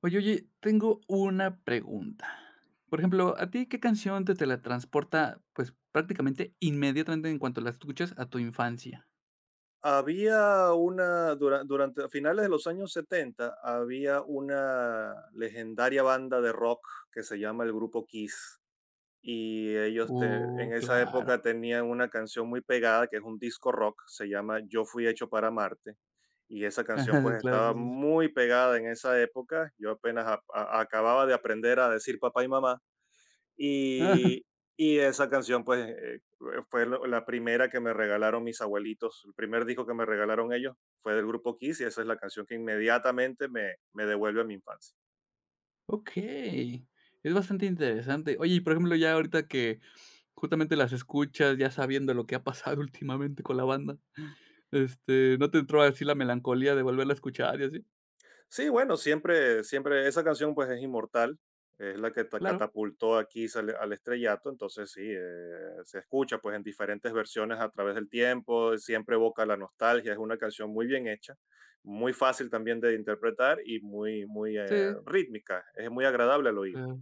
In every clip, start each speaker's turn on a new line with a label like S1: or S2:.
S1: Oye, oye, tengo una pregunta. Por ejemplo, ¿a ti qué canción te teletransporta, pues, prácticamente inmediatamente en cuanto la escuchas a tu infancia?
S2: Había una, durante a finales de los años 70 había una legendaria banda de rock que se llama el grupo Kiss. Y ellos en esa
S1: Claro.
S2: época tenían una canción muy pegada que es un disco rock, se llama Yo fui hecho para Marte. Y esa canción
S1: Ajá,
S2: pues
S1: claro,
S2: estaba
S1: sí, sí, sí.
S2: muy pegada en esa época. Yo apenas acababa de aprender a decir papá y mamá
S1: Ah,
S2: y, y esa canción, pues, fue la primera que me regalaron mis abuelitos. El primer disco que me regalaron ellos fue del grupo Kiss y esa es la canción que inmediatamente me devuelve a mi infancia.
S1: okey, es bastante interesante. Oye, y por ejemplo, ya ahorita que justamente las escuchas, ya sabiendo lo que ha pasado últimamente con la banda, este, ¿no te entró así la melancolía de volverla a escuchar y así?
S2: Sí, bueno, siempre, esa canción pues es inmortal, es la que
S1: Claro,
S2: catapultó aquí al estrellato, entonces sí, se escucha pues en diferentes versiones a través del tiempo, siempre evoca la nostalgia, es una canción muy bien hecha, muy fácil también de interpretar y muy, muy
S1: sí,
S2: rítmica, es muy agradable al oído.
S1: claro.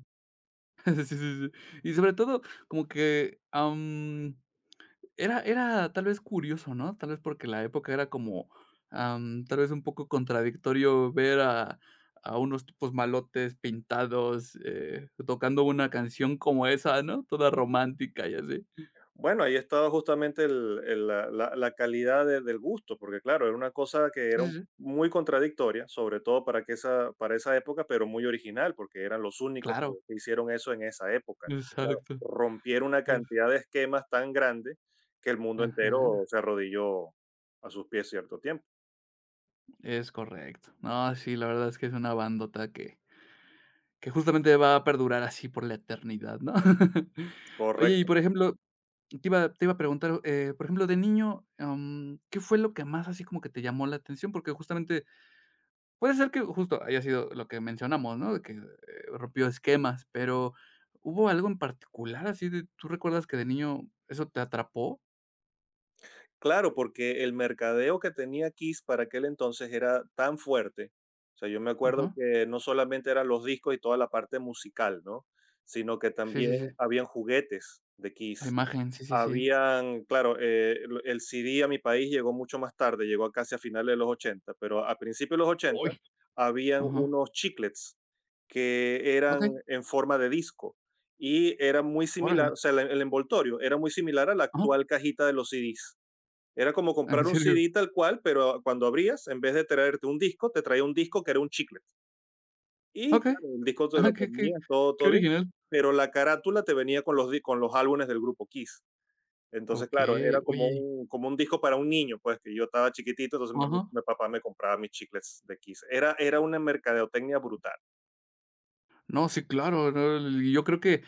S1: Sí, sí, sí, sí. Y sobre todo como que, am Era tal vez curioso, ¿no? Tal vez porque la época era como, tal vez un poco contradictorio ver a unos tipos malotes pintados, tocando una canción como esa, ¿no? Toda romántica y así.
S2: Bueno, ahí estaba justamente la calidad del gusto, porque claro, era una cosa que
S1: Sí,
S2: era
S1: sí, sí.
S2: muy contradictoria, sobre todo para, que esa, para esa época, pero muy original, porque eran los únicos
S1: Claro.
S2: que hicieron eso en esa época. Entonces, claro,
S1: Exacto.
S2: rompieron una
S1: Es
S2: cantidad de esquemas tan grande que el mundo
S1: Ajá,
S2: entero se arrodilló a sus pies cierto tiempo.
S1: es correcto. No, sí, la verdad es que es una bandota que justamente va a perdurar así por la eternidad, ¿no? Oye, y
S2: Correcto.
S1: por ejemplo, te iba a preguntar, por ejemplo, de niño, ¿qué fue lo que más así como que te llamó la atención? Porque justamente puede ser que justo haya sido lo que mencionamos, ¿no? De que, rompió esquemas, pero, ¿hubo algo en particular así de tú recuerdas que de niño eso te atrapó?
S2: Claro, porque el mercadeo que tenía Kiss para aquel entonces era tan fuerte. O sea, yo me acuerdo
S1: Ajá.
S2: que no solamente eran los discos y toda la parte musical, ¿no? Sino que
S1: Sí, sí, sí.
S2: también habían juguetes de
S1: La
S2: Kiss.
S1: imagen, sí, sí, sí.
S2: Habían, claro, el CD a mi país llegó mucho más tarde, llegó casi a finales de los 80, pero a principios de los ochenta
S1: ¡Uy!
S2: habían
S1: Ajá.
S2: unos chiclets que eran
S1: Okey,
S2: en forma de disco y era muy
S1: órale.
S2: similar, o sea, el envoltorio era muy similar a la
S1: Ajá.
S2: actual cajita de los CDs, era como
S1: ¿En
S2: comprar un
S1: serio?
S2: CD tal cual, pero cuando abrías, en vez de traerte un disco, te traía un disco que era un chiclet. Y
S1: Okey.
S2: claro, el disco te
S1: Ajá,
S2: lo
S1: qué qué
S2: ponías, todo,
S1: qué
S2: todo bien.
S1: original.
S2: Pero la carátula te venía con los, con los álbumes del grupo Kiss. Entonces, claro,
S1: Okey,
S2: era como
S1: oye,
S2: un, como un disco para un niño, pues que yo estaba chiquitito, entonces mi,
S1: ajá.
S2: mi papá me compraba mis chiclets de Kiss. Era una mercadotecnia brutal.
S1: No, sí, claro, no, y yo creo que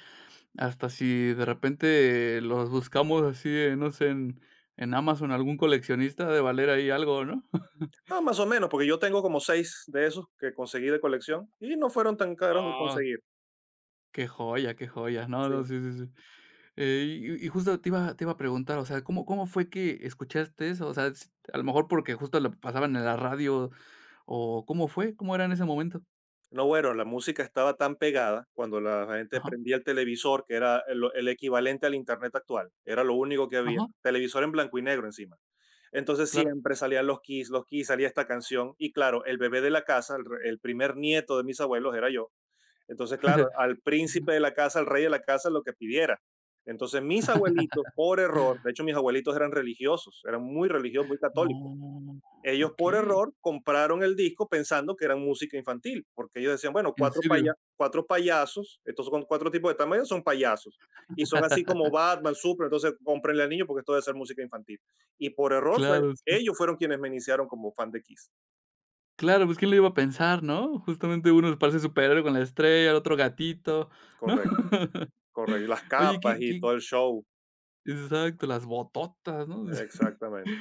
S1: hasta si de repente los buscamos así, no sé, en Amazon, algún coleccionista ha de valer ahí algo, ¿no?
S2: Ah, más o menos, porque yo tengo como seis de esos que conseguí de colección y no fueron tan caros de
S1: Ah,
S2: conseguir.
S1: qué joya, qué joya. No, no,
S2: Sí.
S1: sí, sí, sí. Eh, y justo te iba a preguntar, o sea, ¿cómo fue que escuchaste eso? O sea, s a lo mejor porque justo lo pasaban en la radio, o ¿cómo fue? ¿Cómo era en ese momento?
S2: No, bueno, la música estaba tan pegada cuando la gente
S1: Ajá,
S2: prendía el televisor, que era el equivalente al internet actual, era lo único que había,
S1: ajá,
S2: televisor en blanco y negro encima. Entonces
S1: claro.
S2: siempre salían los Kiss, salía esta canción y claro, el bebé de la casa, el primer nieto de mis abuelos era yo. Entonces, claro, al
S1: Ujú.
S2: príncipe de la casa, al rey de la casa, lo que pidiera. Entonces, mis abuelitos, por error, de hecho mis abuelitos eran religiosos, eran muy religiosos, muy católicos.
S1: No,
S2: Ellos por
S1: okey,
S2: error compraron el disco pensando que era música infantil, porque ellos decían, bueno,
S1: ¿en serio?
S2: cuatro payasos, estos son cuatro tipos de tamaño, son payasos. Y son así como Batman, Super, entonces cómprenle al niño porque esto debe ser música infantil. Y por error fue,
S1: Claro, sí.
S2: ellos fueron quienes me iniciaron como fan de Kiss.
S1: Claro, pues, ¿quién lo iba a pensar, no? Justamente uno parece superhéroe con la estrella, el otro gatito, ¿no?
S2: Correcto, correcto. Y las
S1: Oye,
S2: capas
S1: qué
S2: y
S1: qué
S2: todo el show.
S1: exacto, las bototas, ¿no?
S2: Exactamente.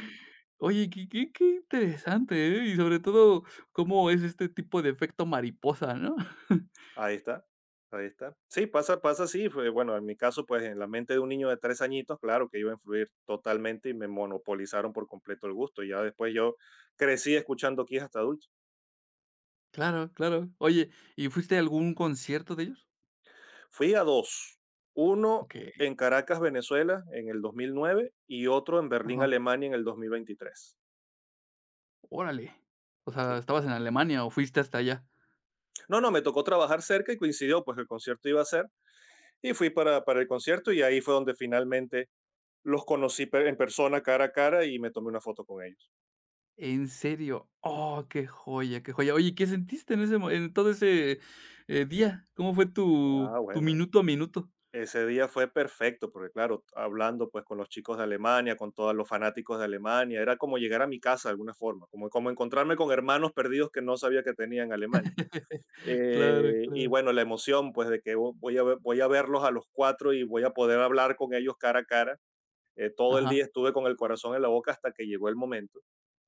S1: Oye, qué interesante, ¿eh? Y sobre todo, cómo es este tipo de efecto mariposa, ¿no?
S2: Ahí está, ahí está. Sí, pasa, pasa así. Bueno, en mi caso, pues en la mente de un niño de 3 añitos, claro que iba a influir totalmente y me monopolizaron por completo el gusto. Y ya después yo crecí escuchando Kiss hasta adulto.
S1: Claro, claro. Oye, ¿y fuiste a algún concierto de ellos?
S2: Fui a dos, uno
S1: Okey,
S2: en Caracas, Venezuela, en el 2009, y otro en Berlín,
S1: ajá,
S2: Alemania, en el 2023.
S1: órale. O sea,
S2: Sí.
S1: ¿estabas en Alemania o fuiste hasta allá?
S2: No, no, me tocó trabajar cerca y coincidió, pues que el concierto iba a ser y fui para el concierto y ahí fue donde finalmente los conocí en persona, cara a cara y me tomé una foto con ellos.
S1: ¿En serio? Oh, qué joya, qué joya. Oye, ¿qué sentiste en ese mo en todo ese, día? ¿Cómo fue tu
S2: Ah,
S1: tu
S2: bueno,
S1: minuto a minuto?
S2: ese día fue perfecto, porque claro, hablando pues con los chicos de Alemania, con todos los fanáticos de Alemania, era como llegar a mi casa de alguna forma, como encontrarme con hermanos perdidos que no sabía que tenía en Alemania.
S1: Claro,
S2: Y
S1: claro.
S2: bueno, la emoción pues de que voy a, voy a verlos a los cuatro y voy a poder hablar con ellos cara a cara. Todo el día
S1: Ajá.
S2: estuve con el corazón en la boca hasta que llegó el momento.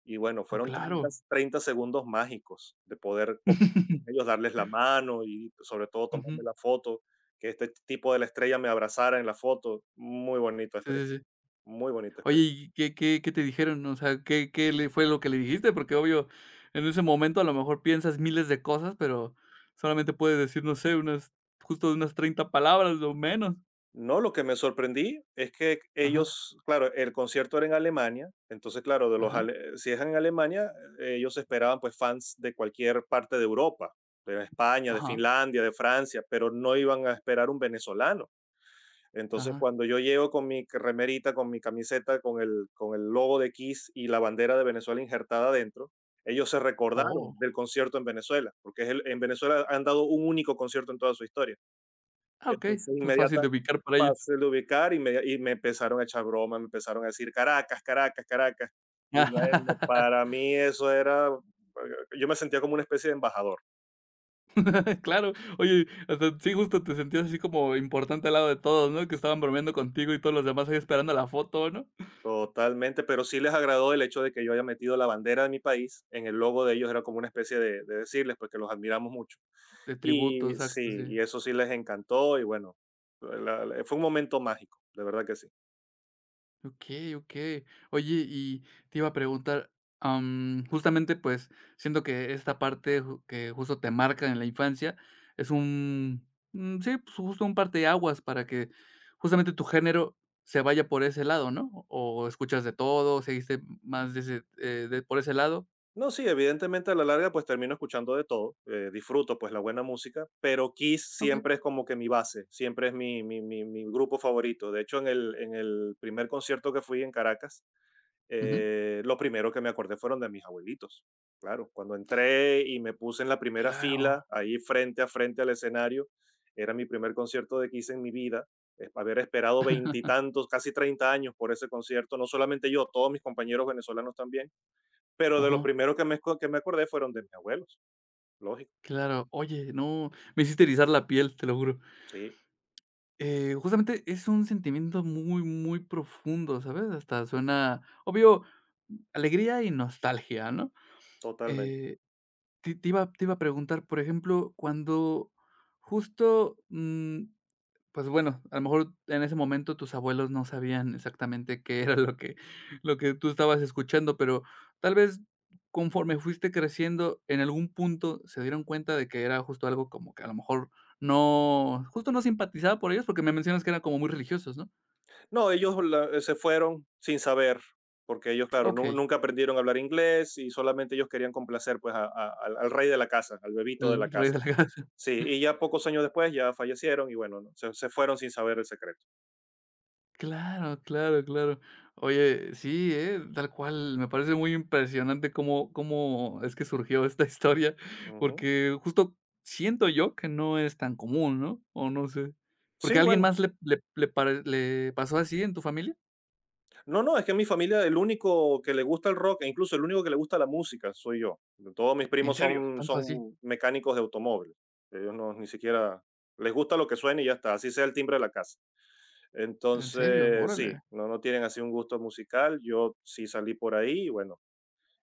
S2: Y bueno,
S1: No,
S2: fueron treinta
S1: claro.
S2: treinta segundos mágicos de poder con ellos darles la mano y sobre todo tomarme
S1: Ujú.
S2: la foto, que este tipo de la estrella me abrazara en la foto. Muy bonita
S1: Sí, sí,
S2: experiencia,
S1: sí.
S2: muy bonita
S1: Oye,
S2: experiencia.
S1: ¿y qué te dijeron? O sea, ¿qué qué le fue lo que le dijiste? Porque obvio, en ese momento a lo mejor piensas miles de cosas, pero solamente puedes decir, no sé, unas justo unas 30 palabras o menos.
S2: No, lo que me sorprendí es que
S1: Ajá,
S2: ellos, claro, el concierto era en Alemania, entonces, claro, de los
S1: ajá,
S2: si es en Alemania, ellos esperaban pues fans de cualquier parte de Europa, de España, de
S1: ajá,
S2: Finlandia, de Francia, pero no iban a esperar un venezolano. Entonces,
S1: ajá.
S2: cuando yo llego con mi remerita, con mi camiseta, con el logo de Kiss y la bandera de Venezuela injertada adentro, ellos se
S1: Oh.
S2: recordaron del concierto en Venezuela, porque es en Venezuela han dado un único concierto en toda su historia.
S1: Ah, okey.
S2: Entonces,
S1: Entonces fácil de ubicar para ellos.
S2: fácil de ubicar y me empezaron a echar broma, me empezaron a decir Caracas, Caracas, Caracas. Y bueno, para mí eso era, yo me sentía como una especie de embajador,
S1: Claro. Oye, hasta sí, justo te sentías así como importante al lado de todos, ¿no? Que estaban bromeando contigo y todos los demás ahí esperando la foto, ¿no?
S2: totalmente, pero sí les agradó el hecho de que yo haya metido la bandera de mi país en el logo de ellos, era como una especie de, decirles, porque los admiramos mucho.
S1: De tributo,
S2: Y
S1: exacto,
S2: sí,
S1: sí.
S2: y eso sí les encantó y bueno, fue un momento mágico, de verdad que sí.
S1: Okey, okey. Oye, y te iba a preguntar, justamente, pues, siento que esta parte ju que justo te marca en la infancia es un, sí, pues, justo un parteaguas para que justamente tu género se vaya por ese lado, ¿no? ¿O escuchas de todo, seguiste más de ese, de por ese lado?
S2: No, sí, evidentemente a la larga pues termino escuchando de todo, disfruto pues la buena música, pero Kiss siempre es como que mi base, siempre es mi grupo favorito. De hecho, en el primer concierto que fui en Caracas,
S1: Ujú.
S2: lo primero que me acordé fueron de mis abuelitos. Claro, cuando entré y me puse en la primera
S1: Claro,
S2: fila, ahí frente a frente al escenario, era mi primer concierto de Kiss en mi vida. Haber esperado veintitantos, casi 30 años por ese concierto, no solamente yo, todos mis compañeros venezolanos también, pero de lo
S1: ajá,
S2: primero que me, que me acordé fueron de mis abuelos, lógico,
S1: claro. Oye, no, me hiciste erizar la piel, te lo juro.
S2: sí,
S1: Justamente es un sentimiento muy, muy profundo, ¿sabes? Hasta suena, obvio, alegría y nostalgia, ¿no?
S2: totalmente.
S1: Eh, te iba a preguntar, por ejemplo, cuando justo, pues bueno, a lo mejor en ese momento tus abuelos no sabían exactamente qué era lo que tú estabas escuchando, pero tal vez conforme fuiste creciendo, en algún punto se dieron cuenta de que era justo algo como que a lo mejor no justo no simpatizaba por ellos, porque me mencionas que eran como muy religiosos, ¿no?
S2: No, ellos se fueron sin saber, porque ellos, claro,
S1: Okey,
S2: nunca aprendieron a hablar inglés y solamente ellos querían complacer pues al rey de la casa, al bebito de la
S1: el rey
S2: casa.
S1: de la casa.
S2: Sí, y ya pocos años después ya fallecieron y bueno, no, se fueron sin saber el secreto.
S1: Claro, claro, claro. Oye, sí, ¿eh? Tal cual, me parece muy impresionante cómo es que surgió esta historia,
S2: Ujú.
S1: porque justo siento yo que no es tan común, ¿no? O no sé. ¿Porque a
S2: Sí,
S1: alguien
S2: bueno.
S1: más le pasó así en tu familia?
S2: No, no, es que en mi familia el único que le gusta el rock, e incluso el único que le gusta la música, soy yo. Todos mis
S1: ¿En
S2: primos
S1: serio?
S2: son,
S1: ¿Tanto así?
S2: son mecánicos de automóviles. Ellos no, ni siquiera les gusta lo que suene y ya está, así sea el timbre de la casa.
S1: ¿En serio?
S2: Entonces, sí,
S1: Órale.
S2: no, no tienen así un gusto musical. Yo sí salí por ahí y bueno,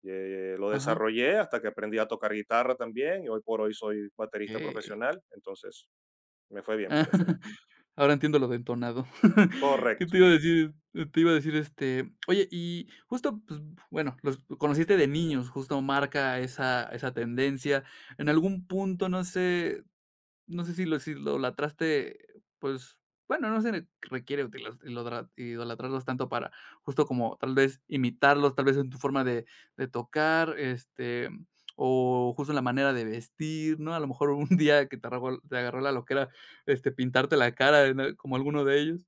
S2: lo
S1: Ajá.
S2: desarrollé hasta que aprendí a tocar guitarra también y hoy por hoy soy baterista
S1: Okey.
S2: profesional. Entonces, me fue bien
S1: Ah,
S2: por ese lado.
S1: ahora entiendo lo de entonado. ¿Qué
S2: Correcto.
S1: te iba a decir? Te iba a decir, este, oye, y justo, pues, bueno, los conociste de niños, justo marca esa tendencia. En algún punto, no sé, si lo idolatraste, pues, bueno, no se requiere utilas ilodra idolatrarlos tanto para justo como tal vez imitarlos, tal vez en tu forma de tocar, este, o justo en la manera de vestir, ¿no? A lo mejor un día que te agarró la loquera, este, pintarte la cara en como alguno de ellos.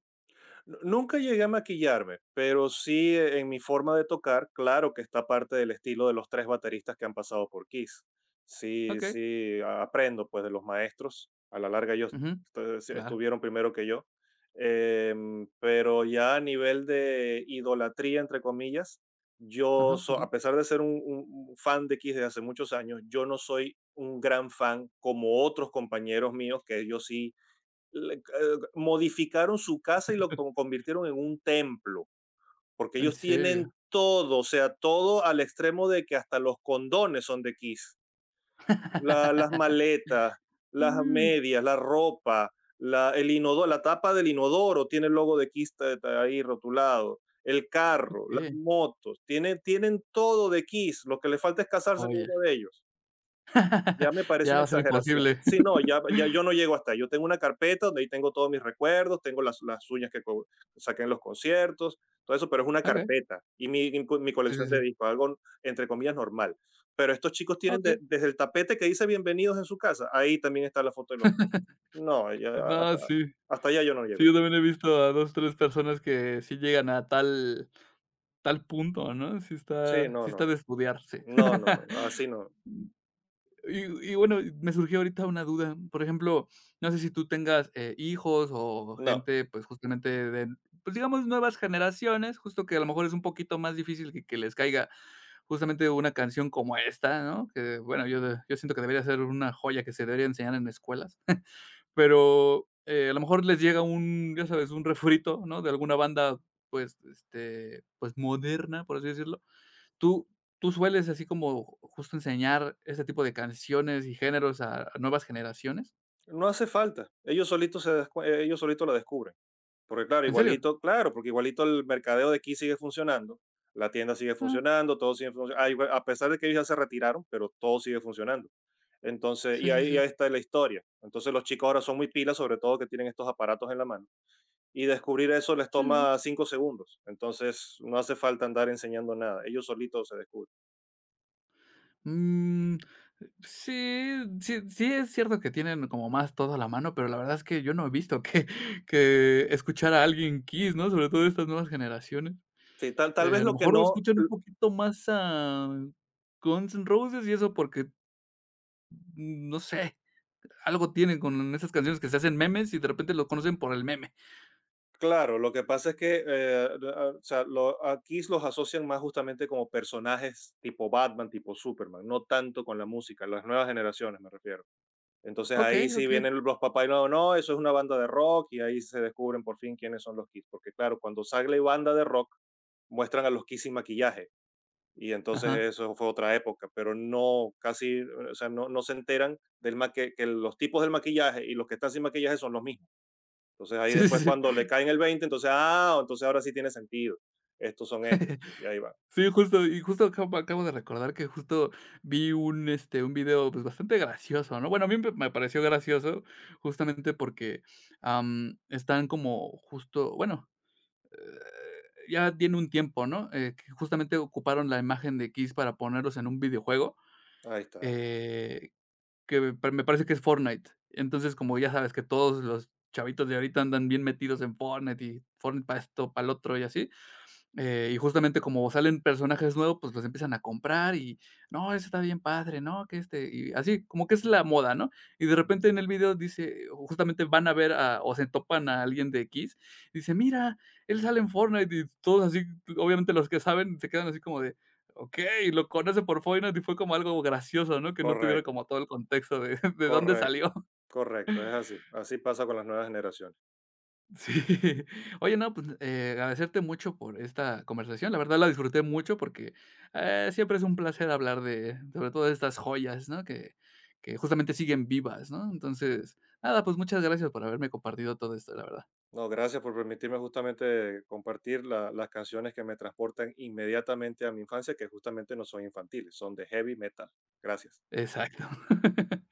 S2: Nunca llegué a maquillarme, pero sí en mi forma de tocar, claro que está parte del estilo de los tres bateristas que han pasado por Kiss. Sí,
S1: Okey.
S2: sí, aprendo pues de los maestros. A la larga ellos
S1: Ujú,
S2: sí,
S1: claro.
S2: estuvieron primero que yo. Pero ya a nivel de idolatría, entre comillas, yo,
S1: Ajá, ajá.
S2: a pesar de ser un fan de Kiss desde hace muchos años, yo no soy un gran fan como otros compañeros míos que ellos sí modificaron su casa y lo convirtieron en un templo, porque
S1: ¿En
S2: ellos
S1: serio?
S2: tienen todo, o sea, todo al extremo de que hasta los condones son de Kiss. Las maletas, las
S1: Mm,
S2: medias, la ropa, la, el inodoro, la tapa del inodoro tiene el logo de Kiss ahí rotulado, el carro, las
S1: Okey,
S2: motos, tienen, tienen todo de Kiss, lo que le falta es casarse con
S1: joya.
S2: uno de ellos, ya me parece
S1: Ya va
S2: una
S1: a ser
S2: exageración.
S1: imposible.
S2: Sí, no, ya yo no llego hasta ahí. Yo tengo una carpeta donde ahí tengo todos mis recuerdos, tengo las uñas que saqué en los conciertos, todo eso, pero es una
S1: Okey.
S2: carpeta y mi
S1: Sí, sí,
S2: colección
S1: sí.
S2: de discos, algo entre comillas normal. Pero estos chicos tienen
S1: Okey.
S2: desde el tapete que dice bienvenidos en su casa, ahí también está la foto de los... No, ya,
S1: No,
S2: hasta,
S1: sí.
S2: hasta allá yo no
S1: Sí,
S2: llego.
S1: yo también he visto a 2 3 personas que sí llegan a tal punto, ¿no? Sí
S2: Sí,
S1: está
S2: no,
S1: sí
S2: no,
S1: está de
S2: no.
S1: estudiarse.
S2: No, no, no, no, así no.
S1: Y bueno, me surgió ahorita una duda. Por ejemplo, no sé si tú tengas, hijos o
S2: No,
S1: gente, pues, justamente de, pues, digamos, nuevas generaciones, justo que a lo mejor es un poquito más difícil que les caiga justamente una canción como esta, ¿no? Que, bueno, yo siento que debería ser una joya que se debería enseñar en escuelas. Pero, a lo mejor les llega un, ya sabes, un refrito, ¿no? De alguna banda, pues, este, pues, moderna, por así decirlo. ¿Tú tú sueles así como justo enseñar este tipo de canciones y géneros a nuevas generaciones?
S2: no hace falta. Ellos solitos, ellos solitos la descubren. Porque claro,
S1: ¿En serio?
S2: igualito, claro, porque igualito el mercadeo de aquí sigue funcionando, la tienda sigue
S1: Ah,
S2: funcionando, todo sigue funcionando, a pesar de que ellos ya se retiraron, pero todo sigue funcionando. Entonces,
S1: sí,
S2: y
S1: sí,
S2: ahí, ahí
S1: sí.
S2: está la historia. Entonces los chicos ahora son muy pilas, sobre todo que tienen estos aparatos en la mano. Y descubrir eso les
S1: Sí.
S2: toma 5 segundos. Entonces no hace falta andar enseñando nada. Ellos solitos se descubren.
S1: Mm, sí, sí sí es cierto que tienen como más todo a la mano, pero la verdad es que yo no he visto que que escuchar a alguien Kiss, ¿no? Sobre todo estas nuevas generaciones.
S2: Sí, tal vez
S1: A lo
S2: lo que
S1: mejor
S2: no.
S1: escuchan un poquito más a Guns N' Roses y eso porque, no sé, algo tienen con esas canciones que se hacen memes y de repente lo conocen por el meme.
S2: Claro, lo que pasa es que o sea, aquí los asocian más justamente como personajes tipo Batman, tipo Superman, no tanto con la música, las nuevas generaciones me refiero. Entonces ahí
S1: Okey,
S2: sí
S1: okey.
S2: vienen los papás y no, no, eso es una banda de rock y ahí se descubren por fin quiénes son los Kiss, porque claro, cuando sale banda de rock muestran a los Kiss sin maquillaje y entonces
S1: Ajá.
S2: eso fue otra época, pero no, casi, o sea, no, no se enteran que, los tipos del maquillaje y los que están sin maquillaje son los mismos. Entonces ahí
S1: Sí, sí,
S2: después
S1: sí.
S2: cuando le caen el 20 entonces, ah, entonces ahora sí tiene sentido. Estos son estos. Y ahí va.
S1: Sí, justo, y justo acabo de recordar que justo vi un, este, un video, pues, bastante gracioso, ¿no? Bueno, a mí me pareció gracioso justamente porque, están como justo bueno, ya tiene un tiempo, ¿no? Que justamente ocuparon la imagen de Kiss para ponerlos en un videojuego,
S2: Ahí está.
S1: eh, que me parece que es Fortnite. Entonces, como ya sabes que todos los chavitos de ahorita andan bien metidos en Fortnite y Fortnite para esto, para el otro y así, y justamente como salen personajes nuevos, pues los empiezan a comprar y no, ese está bien padre, ¿no? Que este, y así como que es la moda, ¿no? Y de
S2: Ujú.
S1: repente en el video dice, justamente van a ver a, o se topan a alguien de X dice, mira, él sale en Fortnite y todos así, obviamente los que saben se quedan así como de, ok, lo conoce por Fortnite y fue como algo gracioso, ¿no? Que no tuviera
S2: Correcto,
S1: como todo el contexto de, de dónde
S2: correcto,
S1: salió.
S2: correcto. Es así. Así pasa con las nuevas generaciones.
S1: Sí. Oye, no, pues, agradecerte mucho por esta conversación. La verdad la disfruté mucho porque, siempre es un placer hablar de sobre todo de estas joyas, ¿no? Que justamente siguen vivas, ¿no? Entonces, nada, pues, muchas gracias por haberme compartido todo esto, la verdad.
S2: No, gracias por permitirme justamente compartir las canciones que me transportan inmediatamente a mi infancia, que justamente no son infantiles, son de heavy metal. Gracias.
S1: Exacto.